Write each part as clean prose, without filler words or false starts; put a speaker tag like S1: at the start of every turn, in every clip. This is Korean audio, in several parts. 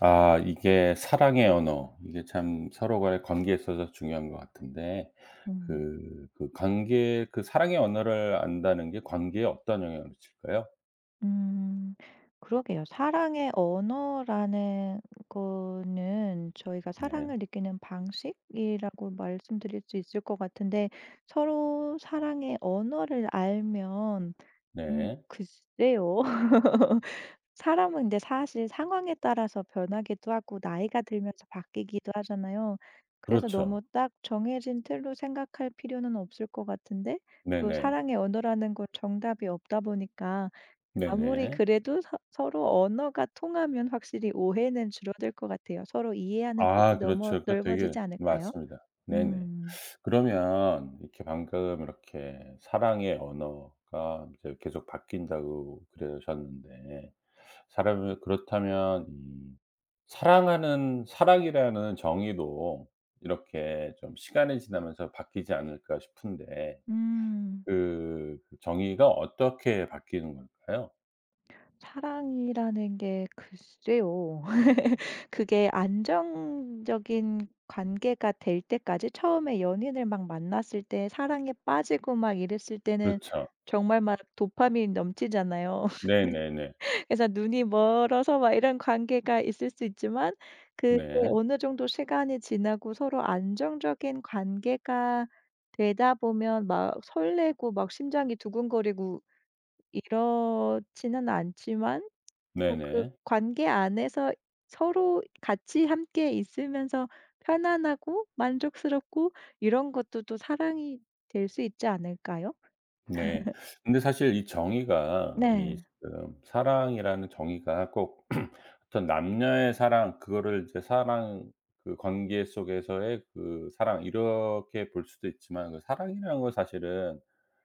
S1: 아 이게 사랑의 언어 이게 참 서로 간의 관계에 있어서 중요한 것 같은데
S2: 음.
S1: 그 관계 그 사랑의 언어를 안다는 게 관계에 어떤 영향을 미칠까요?
S2: 음. 그러게요. 사랑의 언어라는 거는 저희가
S1: 네.
S2: 사랑을 느끼는 방식이라고 말씀드릴 수 있을 것 같은데 서로 사랑의 언어를 알면
S1: 네.
S2: 글쎄요. 사람은 근데 사실 상황에 따라서 변하기도 하고 나이가 들면서 바뀌기도 하잖아요. 그래서
S1: 그렇죠.
S2: 너무 딱 정해진 틀로 생각할 필요는 없을 것 같은데 또
S1: 네네.
S2: 사랑의 언어라는 건 정답이 없다 보니까 아무리
S1: 네네.
S2: 그래도 서 서로 언어가 통하면 확실히 오해는 줄어들 것 같아요. 서로 이해하는 폭이
S1: 아
S2: 넘어
S1: 그렇죠. 그 되게
S2: 넓어지지 않을까요?
S1: 맞습니다. 네네.
S2: 음.
S1: 그러면 이렇게 방금 이렇게 사랑의 언어가 이제 계속 바뀐다고 그러셨는데 사람을 그렇다면 사랑하는 사랑이라는 정의도 이렇게 좀 시간이 지나면서 바뀌지 않을까 싶은데
S2: 음.
S1: 그 정의가 어떻게 바뀌는 걸까요?
S2: 사랑이라는 게 글쎄요. 그게 안정적인 관계가 될 때까지 처음에 연인을 막 만났을 때 사랑에 빠지고 막 이랬을 때는
S1: 그렇죠.
S2: 정말 막 도파민 넘치잖아요.
S1: 네네네.
S2: 그래서 눈이 멀어서 막 이런 관계가 있을 수 있지만 그게
S1: 네.
S2: 어느 정도 시간이 지나고 서로 안정적인 관계가 되다 보면 막 설레고 막 심장이 두근거리고 이렇지는 않지만 또 그
S1: 네네.
S2: 관계 안에서 서로 같이 함께 있으면서 편안하고 만족스럽고 이런 것도 또 사랑이 될 수 있지 않을까요?
S1: 네. 근데 사실 이 정의가 이
S2: 네.
S1: 지금 사랑이라는 정의가 꼭 어떤 남녀의 사랑 그거를 이제 사랑 그 관계 속에서의 그 사랑 이렇게 볼 수도 있지만 그 사랑이라는 건 사실은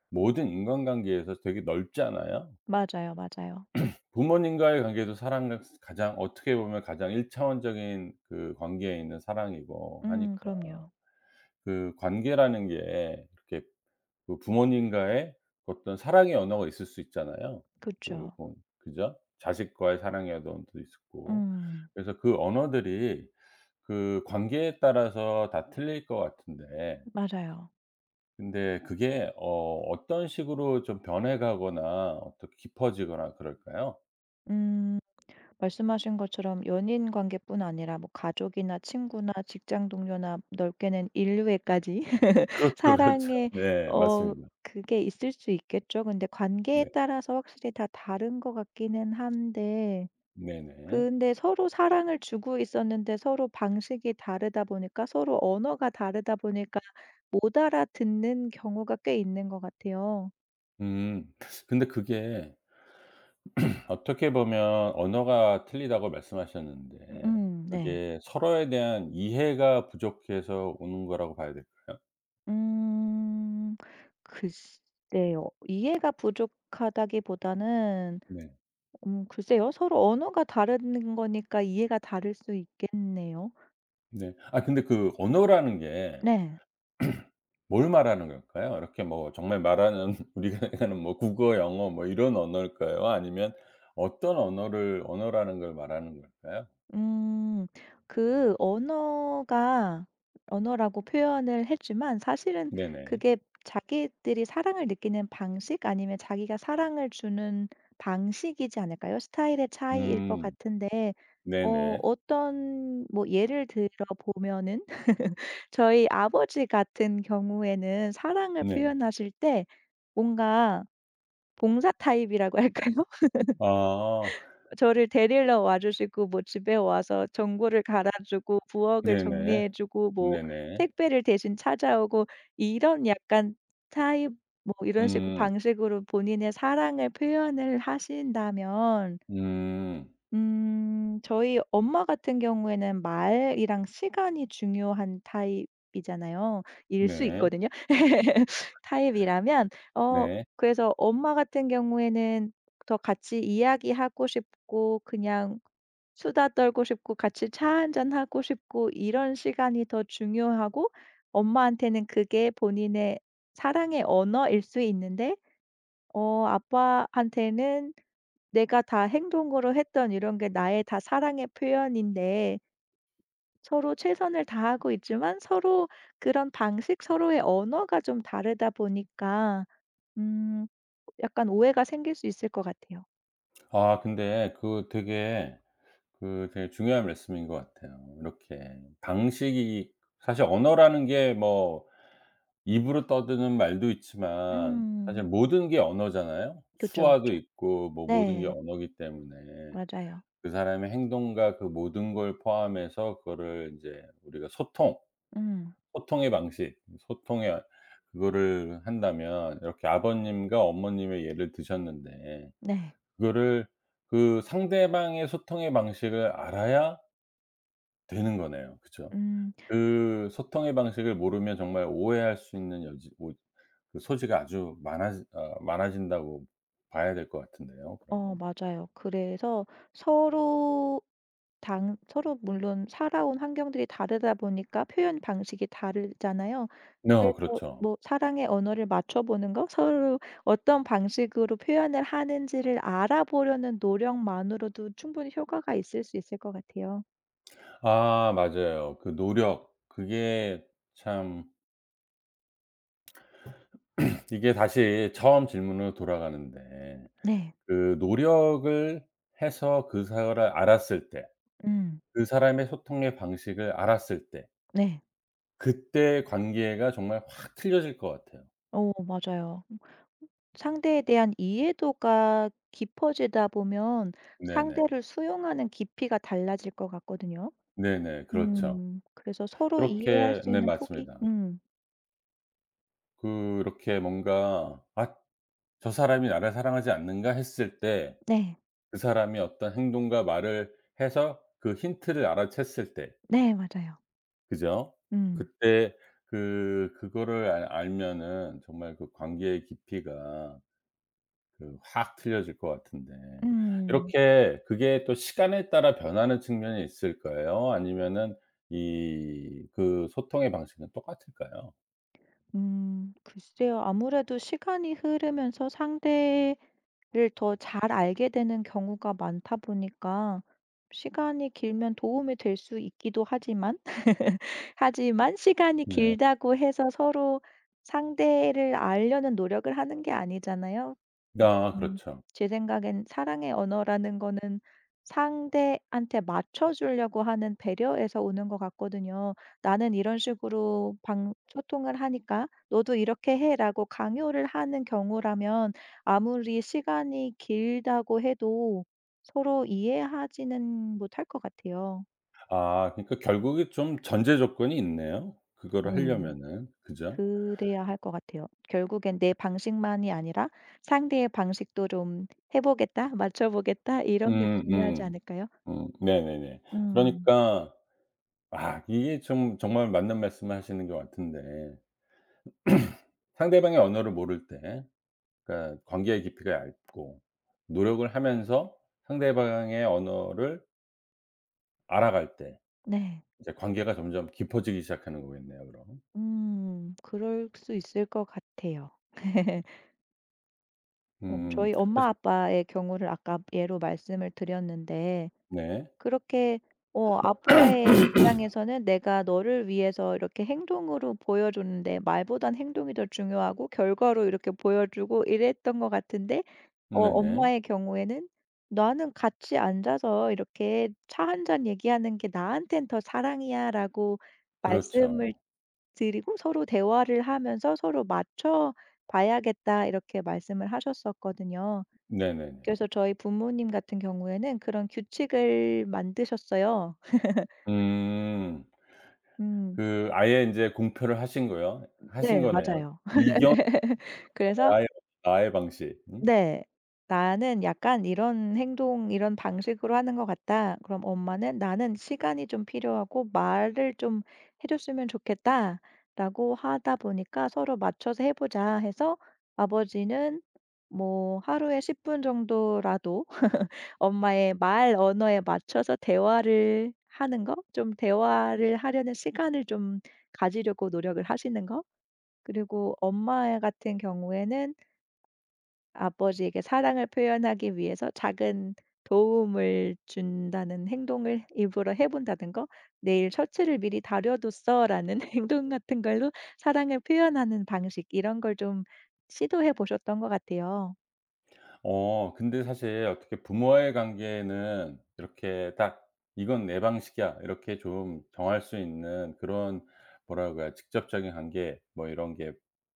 S1: 모든 인간관계에서 되게 넓잖아요.
S2: 맞아요, 맞아요.
S1: 부모님과의 관계도 사랑 가장 어떻게 보면 가장 1 차원적인 그 관계에 있는 사랑이고 하니까
S2: 그럼요.
S1: 그 관계라는 게 이렇게 그 부모님과의 어떤 사랑의 언어가 있을 수 있잖아요. 그
S2: 그쵸.
S1: 뭐 그죠? 자식과의 사랑의 언어도 있고.
S2: 음.
S1: 그래서 그 언어들이 그 관계에 따라서 다 틀릴 것 같은데
S2: 맞아요.
S1: 근데 그게 어떤 식으로 좀 변해 가거나 어떻게 깊어지거나 그럴까요?
S2: 음 말씀하신 것처럼 연인 관계뿐 아니라 뭐 가족이나 친구나 직장 동료나 넓게는 인류에까지
S1: 그렇죠, 그렇죠.
S2: 사랑에
S1: 네.
S2: 어
S1: 맞습니다.
S2: 그게 있을 수 있겠죠. 근데 관계에
S1: 네.
S2: 따라서 확실히 다 다른 것 같기는 한데
S1: 네네.
S2: 근데 서로 사랑을 주고 있었는데 서로 방식이 다르다 보니까 서로 언어가 다르다 보니까 못 알아듣는 경우가 꽤 있는 것 같아요.
S1: 음. 근데 그게 어떻게 보면 언어가 틀리다고 말씀하셨는데
S2: 네.
S1: 그게 서로에 대한 이해가 부족해서 오는 거라고 봐야 될까요?
S2: 음. 글쎄요. 이해가 부족하다기보다는
S1: 네.
S2: 글쎄요. 서로 언어가 다른 거니까 이해가 다를 수 있겠네요.
S1: 네. 아 근데 그 언어라는 게
S2: 네.
S1: 뭘 말하는 걸까요? 이렇게 뭐 정말 말하는 우리가 생각하는 뭐 국어, 영어 뭐 이런 언어일까요? 아니면 어떤 언어를 언어라는 걸 말하는 걸까요?
S2: 음. 그 언어가 언어라고 표현을 했지만 사실은
S1: 네네.
S2: 그게 자기들이 사랑을 느끼는 방식 아니면 자기가 사랑을 주는 방식이지 않을까요? 스타일의 차이일 것
S1: 음.
S2: 같은데
S1: 네네.
S2: 어떤 뭐 예를 들어 보면은 저희 아버지 같은 경우에는 사랑을
S1: 네.
S2: 표현하실 때 뭔가 봉사 타입이라고 할까요?
S1: 아.
S2: 저를 데리러 와 주시고 뭐 집에 와서 전구를 갈아 주고 부엌을
S1: 네네.
S2: 정리해 주고 뭐
S1: 네네.
S2: 택배를 대신 찾아오고 이런 약간 타입 뭐 이런 식으로
S1: 음.
S2: 방식으로 본인의 사랑을 표현을 하신다면
S1: 음.
S2: 저희 엄마 같은 경우에는 말이랑 시간이 중요한 타입이잖아요.
S1: 네.
S2: 일수이거든요. 타입이라면 어
S1: 네.
S2: 그래서 엄마 같은 경우에는 더 같이 이야기하고 싶고 그냥 수다 떨고 싶고 같이 차 한잔하고 싶고 이런 시간이 더 중요하고 엄마한테는 그게 본인의 사랑의 언어일 수 있는데 아빠한테는 내가 다 행동으로 했던 이런 게 나의 다 사랑의 표현인데 서로 최선을 다하고 있지만 서로 그런 방식, 서로의 언어가 좀 다르다 보니까 음 약간 오해가 생길 수 있을 것 같아요.
S1: 아 근데 그 되게 중요한 말씀인 것 같아요. 이렇게 방식이 사실 언어라는 게 뭐 입으로 떠드는 말도 있지만 사실
S2: 음.
S1: 모든 게 언어잖아요.
S2: 그쵸,
S1: 수화도
S2: 그쵸.
S1: 있고 뭐 모든 게
S2: 네.
S1: 언어기 때문에
S2: 맞아요.
S1: 그 사람의 행동과 그 모든 걸 포함해서 그거를 인제 우리가 소통,
S2: 음.
S1: 소통의 방식, 소통의 그거를 한다면 이렇게 아버님과 어머님의 예를 드셨는데
S2: 네.
S1: 그거를 그 상대방의 소통의 방식을 알아야 되는 거네요. 그죠?
S2: 음.
S1: 그 소통의 방식을 모르면 정말 오해할 수 있는 여지 오 그 소지가 아주 많아지 많아진다고 봐야 될 것 같은데요 그러면.
S2: 어 맞아요. 그래서 서로 서로 물론 살아온 환경들이 다르다 보니까 표현 방식이 다르잖아요.
S1: 네
S2: 그래서
S1: 그렇죠.
S2: 뭐 사랑의 언어를 맞춰보는 거 서로 어떤 방식으로 표현을 하는지를 알아보려는 노력만으로도 충분히 효과가 있을 수 있을 것 같아요.
S1: 아 맞아요. 그 노력 그게 참 이게 다시 처음 질문으로 돌아가는데
S2: 네.
S1: 그 노력을 해서 그 사람을 알았을 때
S2: 음.
S1: 그 사람의 소통의 방식을 알았을 때
S2: 네.
S1: 그때 관계가 정말 확 틀려질 것 같아요.
S2: 어 맞아요. 상대에 대한 이해도가 깊어지다 보면
S1: 네네.
S2: 상대를 수용하는 깊이가 달라질 것 같거든요.
S1: 네네. 그렇죠.
S2: 음. 그래서 서로 이해할
S1: 그렇게
S2: 수
S1: 네
S2: 있는 폭이
S1: 맞습니다. 그렇게 뭔가 '아 저 사람이 나를 사랑하지 않는가?' 했을 때
S2: 네.
S1: 그 사람이 어떤 행동과 말을 해서 그 힌트를 알아챘을 때
S2: 네 맞아요.
S1: 그죠?
S2: 음.
S1: 그때 그 그거를 알 알면은 정말 그 관계의 깊이가 그 확 틀려질 것 같은데
S2: 음.
S1: 이렇게 그게 또 시간에 따라 변하는 측면이 있을까요? 아니면은 이 그 소통의 방식은 똑같을까요?
S2: 글쎄요. 아무래도 시간이 흐르면서 상대를 더 잘 알게 되는 경우가 많다 보니까 시간이 길면 도움이 될 수 있기도 하지만 하지만 시간이
S1: 네.
S2: 길다고 해서 서로 상대를 알려는 노력을 하는 게 아니잖아요.
S1: 아
S2: 음.
S1: 그렇죠.
S2: 제 생각엔 사랑의 언어라는 거는 상대한테 맞춰 주려고 하는 배려에서 오는 것 같거든요. "나는 이런 식으로 방 소통을 하니까 너도 이렇게 해."라고 강요를 하는 경우라면 아무리 시간이 길다고 해도 서로 이해하지는 못할 것 같아요.
S1: 아 그러니까 결국에 좀 전제 조건이 있네요, 그거를
S2: 음.
S1: 하려면은. 그죠?
S2: 그래야 할 것 같아요. "결국엔 내 방식만이 아니라 상대의 방식도 좀 해 보겠다. 맞춰 보겠다." 이런 게
S1: 음
S2: 중요하지
S1: 음.
S2: 않을까요?
S1: 네네네.
S2: 음.
S1: 그러니까 아 이게 좀 정말 맞는 말씀을 하시는 것 같은데 상대방의 언어를 모를 때 그러니까 관계의 깊이가 얇고 노력을 하면서 상대방의 언어를 알아갈 때
S2: 네.
S1: 이제 관계가 점점 깊어지기 시작하는 거겠네요 그럼.
S2: 음. 그럴 수 있을 것 같아요.
S1: 음
S2: 저희 엄마 아빠의 경우를 아까 예로 말씀을 드렸는데
S1: 네.
S2: 그렇게 아빠의 입장에서는 내가 너를 위해서 이렇게 행동으로 보여 줬는데 말보단 행동이 더 중요하고 결과로 이렇게 보여 주고 이랬던 것 같은데
S1: 네네.
S2: 엄마의 경우에는 "나는 같이 앉아서 이렇게 차 한잔 얘기하는 게 나한텐 더 사랑이야."라고
S1: 그렇죠.
S2: 말씀을 드리고 서로 대화를 하면서 서로 맞춰 봐야겠다 이렇게 말씀을 하셨었거든요.
S1: 네네네.
S2: 그래서 저희 부모님 같은 경우에는 그런 규칙을 만드셨어요.
S1: 음.
S2: 음
S1: 그 아예 인제 공표를 하신 거요 하신
S2: 네
S1: 거네요.
S2: 맞아요.
S1: 이견
S2: 그래서
S1: 나의 나의 방식. 음.
S2: 네. "나는 약간 이런 행동 이런 방식으로 하는 것 같다." 그럼 엄마는 "나는 시간이 좀 필요하고 말을 좀 해 줬으면 좋겠다."라고 하다 보니까 서로 맞춰서 해 보자 해서 아버지는 뭐 하루에 10분 정도라도 엄마의 말 언어에 맞춰서 대화를 하는 거 좀 대화를 하려는 시간을 좀 가지려고 노력을 하시는 거 그리고 엄마 같은 경우에는 아버지에게 사랑을 표현하기 위해서 작은 도움을 준다는 행동을 일부러 해 본다는 거, '내일 셔츠를 미리 다려 뒀어.'라는 행동 같은 걸로 사랑을 표현하는 방식 이런 걸 좀 시도해 보셨던 것 같아요.
S1: 어 근데 사실 어떻게 부모와의 관계는 이렇게 딱 '이건 내 방식이야.' 이렇게 좀 정할 수 있는 그런 뭐라 그래야 직접적인 관계 뭐 이런 게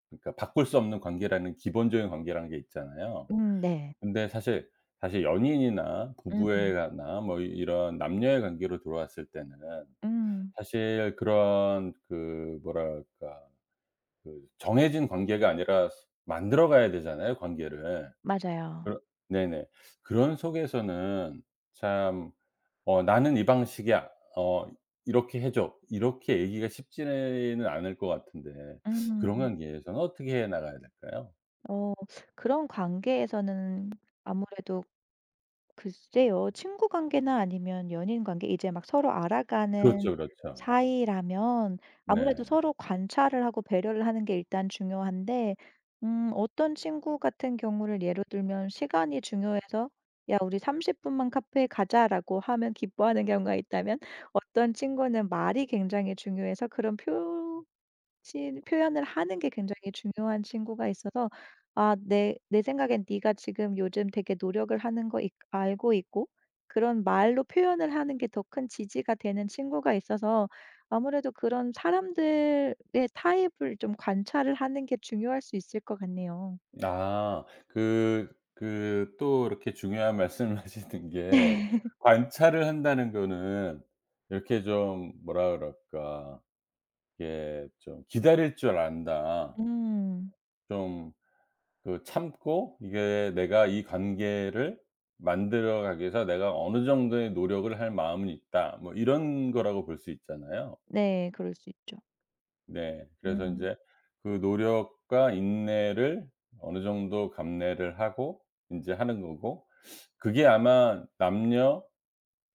S1: 그러니까 바꿀 수 없는 관계라는 기본적인 관계라는 게 있잖아요.
S2: 네.
S1: 근데 사실 연인이나 부부에
S2: 음.
S1: 관나뭐 이런 남녀의 관계로 들어왔을 때는
S2: 음.
S1: 사실 그런 그 뭐랄까 그 정해진 관계가 아니라 만들어 가야 되잖아요 관계를.
S2: 맞아요.
S1: 그러 네네. 그런 속에서는 참 어 '나는 이 방식이 야 어 이렇게 해 줘.' 이렇게 얘기가 쉽지는 않을 것 같은데
S2: 음.
S1: 그런 관계에서는 어떻게 해 나가야 될까요?
S2: 어 그런 관계에서는 아무래도 글쎄요. 친구 관계나 아니면 연인 관계 이제 막 서로 알아가는
S1: 그렇죠, 그렇죠.
S2: 사이라면 아무래도
S1: 네.
S2: 서로 관찰을 하고 배려를 하는 게 일단 중요한데 어떤 친구 같은 경우를 예로 들면 시간이 중요해서 "야 우리 30 분만 카페에 가자."라고 하면 기뻐하는 경우가 있다면 어떤 친구는 말이 굉장히 중요해서 그런 표 친 표현을 하는 게 굉장히 중요한 친구가 있어서 아 내 생각엔 네가 지금 요즘 되게 노력을 하는 거 알고 있고 그런 말로 표현을 하는 게 더 큰 지지가 되는 친구가 있어서 아무래도 그런 사람들의 타입을 좀 관찰을 하는 게 중요할 수 있을 것 같네요.
S1: 아 그 또 이렇게 중요한 말씀을 하시는 게 관찰을 한다는 거는 이렇게 좀 뭐라 그럴까. 이게 좀 '기다릴 줄 안다.'
S2: 음.
S1: 좀 그 참고 이게 내가 이 관계를 만들어 가기 위해서 내가 어느 정도의 노력을 할 마음은 있다. 뭐 이런 거라고 볼 수 있잖아요.
S2: 네. 그럴 수 있죠.
S1: 네. 그래서
S2: 음.
S1: 인제 그 노력과 인내를 어느 정도 감내를 하고 인제 하는 거고 그게 아마 남녀,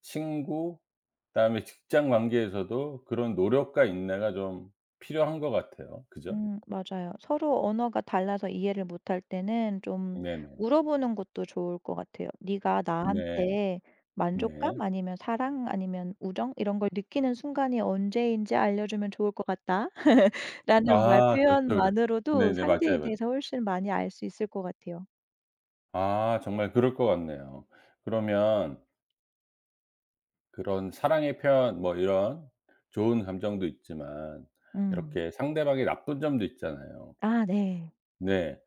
S1: 친구 그다음에 직장 관계에서도 그런 노력과 인내가 좀 필요한 것 같아요. 그죠?
S2: 맞아요. 서로 언어가 달라서 이해를 못할 때는 좀
S1: 네네.
S2: 물어보는 것도 좋을 것 같아요. "네가
S1: 네.
S2: 나한테 만족감
S1: 네.
S2: 아니면 사랑 아니면 우정 이런 걸 느끼는 순간이 언제인지 알려주면 좋을 것 같다." 라는 말
S1: 아 그렇죠, 그렇
S2: 표현만으로도
S1: 네네.
S2: 상대에
S1: 맞아요, 맞아요.
S2: 대해서 훨씬 많이 알 수 있을 것 같아요.
S1: 아 정말 그럴 것 같네요. 그러면 그런 사랑의 표현 뭐 이런 좋은 감정도 있지만
S2: 음.
S1: 이렇게 상대방의 나쁜 점도 있잖아요.
S2: 아 네.
S1: 네.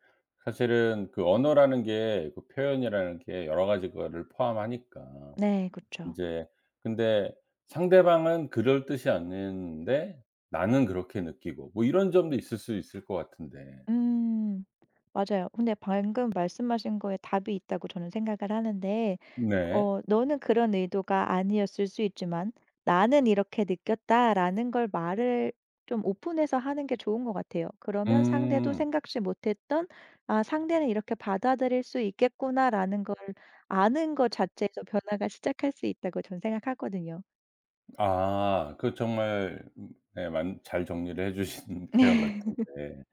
S1: 사실은 그 언어라는 게 그 표현이라는 게 여러 가지 거를 포함하니까.
S2: 네그렇죠
S1: 인제 근데 상대방은 그럴 뜻이 아닌데 나는 그렇게 느끼고 뭐 이런 점도 있을 수 있을 것 같은데.
S2: 음. 맞아요. 근데 방금 말씀하신 거에 답이 있다고 저는 생각을 하는데
S1: 네.
S2: "너는 그런 의도가 아니었을 수 있지만 나는 이렇게 느꼈다."라는 걸 말을 좀 오픈해서 하는 게 좋은 것 같아요. 그러면 상대도
S1: 음.
S2: 생각지 못했던 '아 상대는 이렇게 받아들일 수 있겠구나.'라는 걸 아는 것 자체에서 변화가 시작할 수 있다고 저는 생각하거든요.
S1: 아 그 정말 네 잘 정리를 해 주신 표현 같은데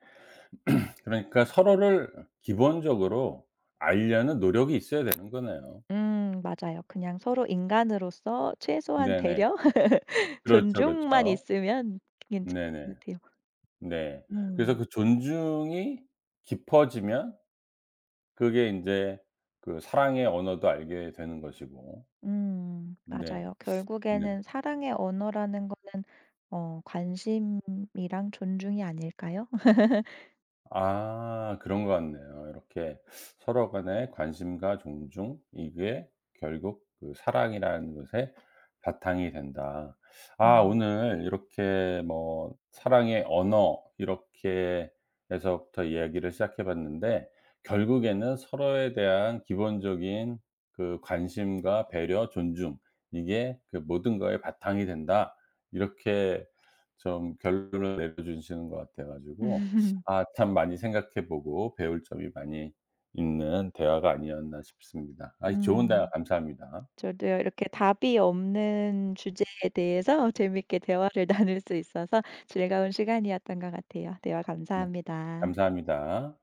S1: 그러니까 서로를 기본적으로 알려는 노력이 있어야 되는 거네요.
S2: 맞아요. 그냥 서로 인간으로서 최소한
S1: 네네.
S2: 배려?
S1: 그렇죠,
S2: 존중만
S1: 그렇죠.
S2: 있으면 괜찮은
S1: 네네.
S2: 것 같아요.
S1: 네. 그래서
S2: 음.
S1: 그 존중이 깊어지면 그게 이제 그 사랑의 언어도 알게 되는 것이고.
S2: 음. 맞아요.
S1: 네. 네.
S2: 결국에는 사랑의 언어라는 거는 어 관심이랑 존중이 아닐까요?
S1: 아 그런 것 같네요. 이렇게 서로 간의 관심과 존중 이게 결국 그 사랑이라는 것의 바탕이 된다. 아
S2: 음.
S1: 오늘 이렇게 뭐 사랑의 언어 이렇게 해서부터 이야기를 시작해 봤는데 결국에는 서로에 대한 기본적인 그 관심과 배려, 존중 이게 그 모든 거의 바탕이 된다. 이렇게 좀 결론을 내려 주시는 것 같아 가지고 아 참 많이 생각해 보고 배울 점이 많이 있는 대화가 아니었나 싶습니다. 아 좋은 대화
S2: 음.
S1: 감사합니다.
S2: 저도요. 이렇게 답이 없는 주제에 대해서 재밌게 대화를 나눌 수 있어서 즐거운 시간이었던 것 같아요. 대화
S1: 네.
S2: 감사합니다.
S1: 감사합니다.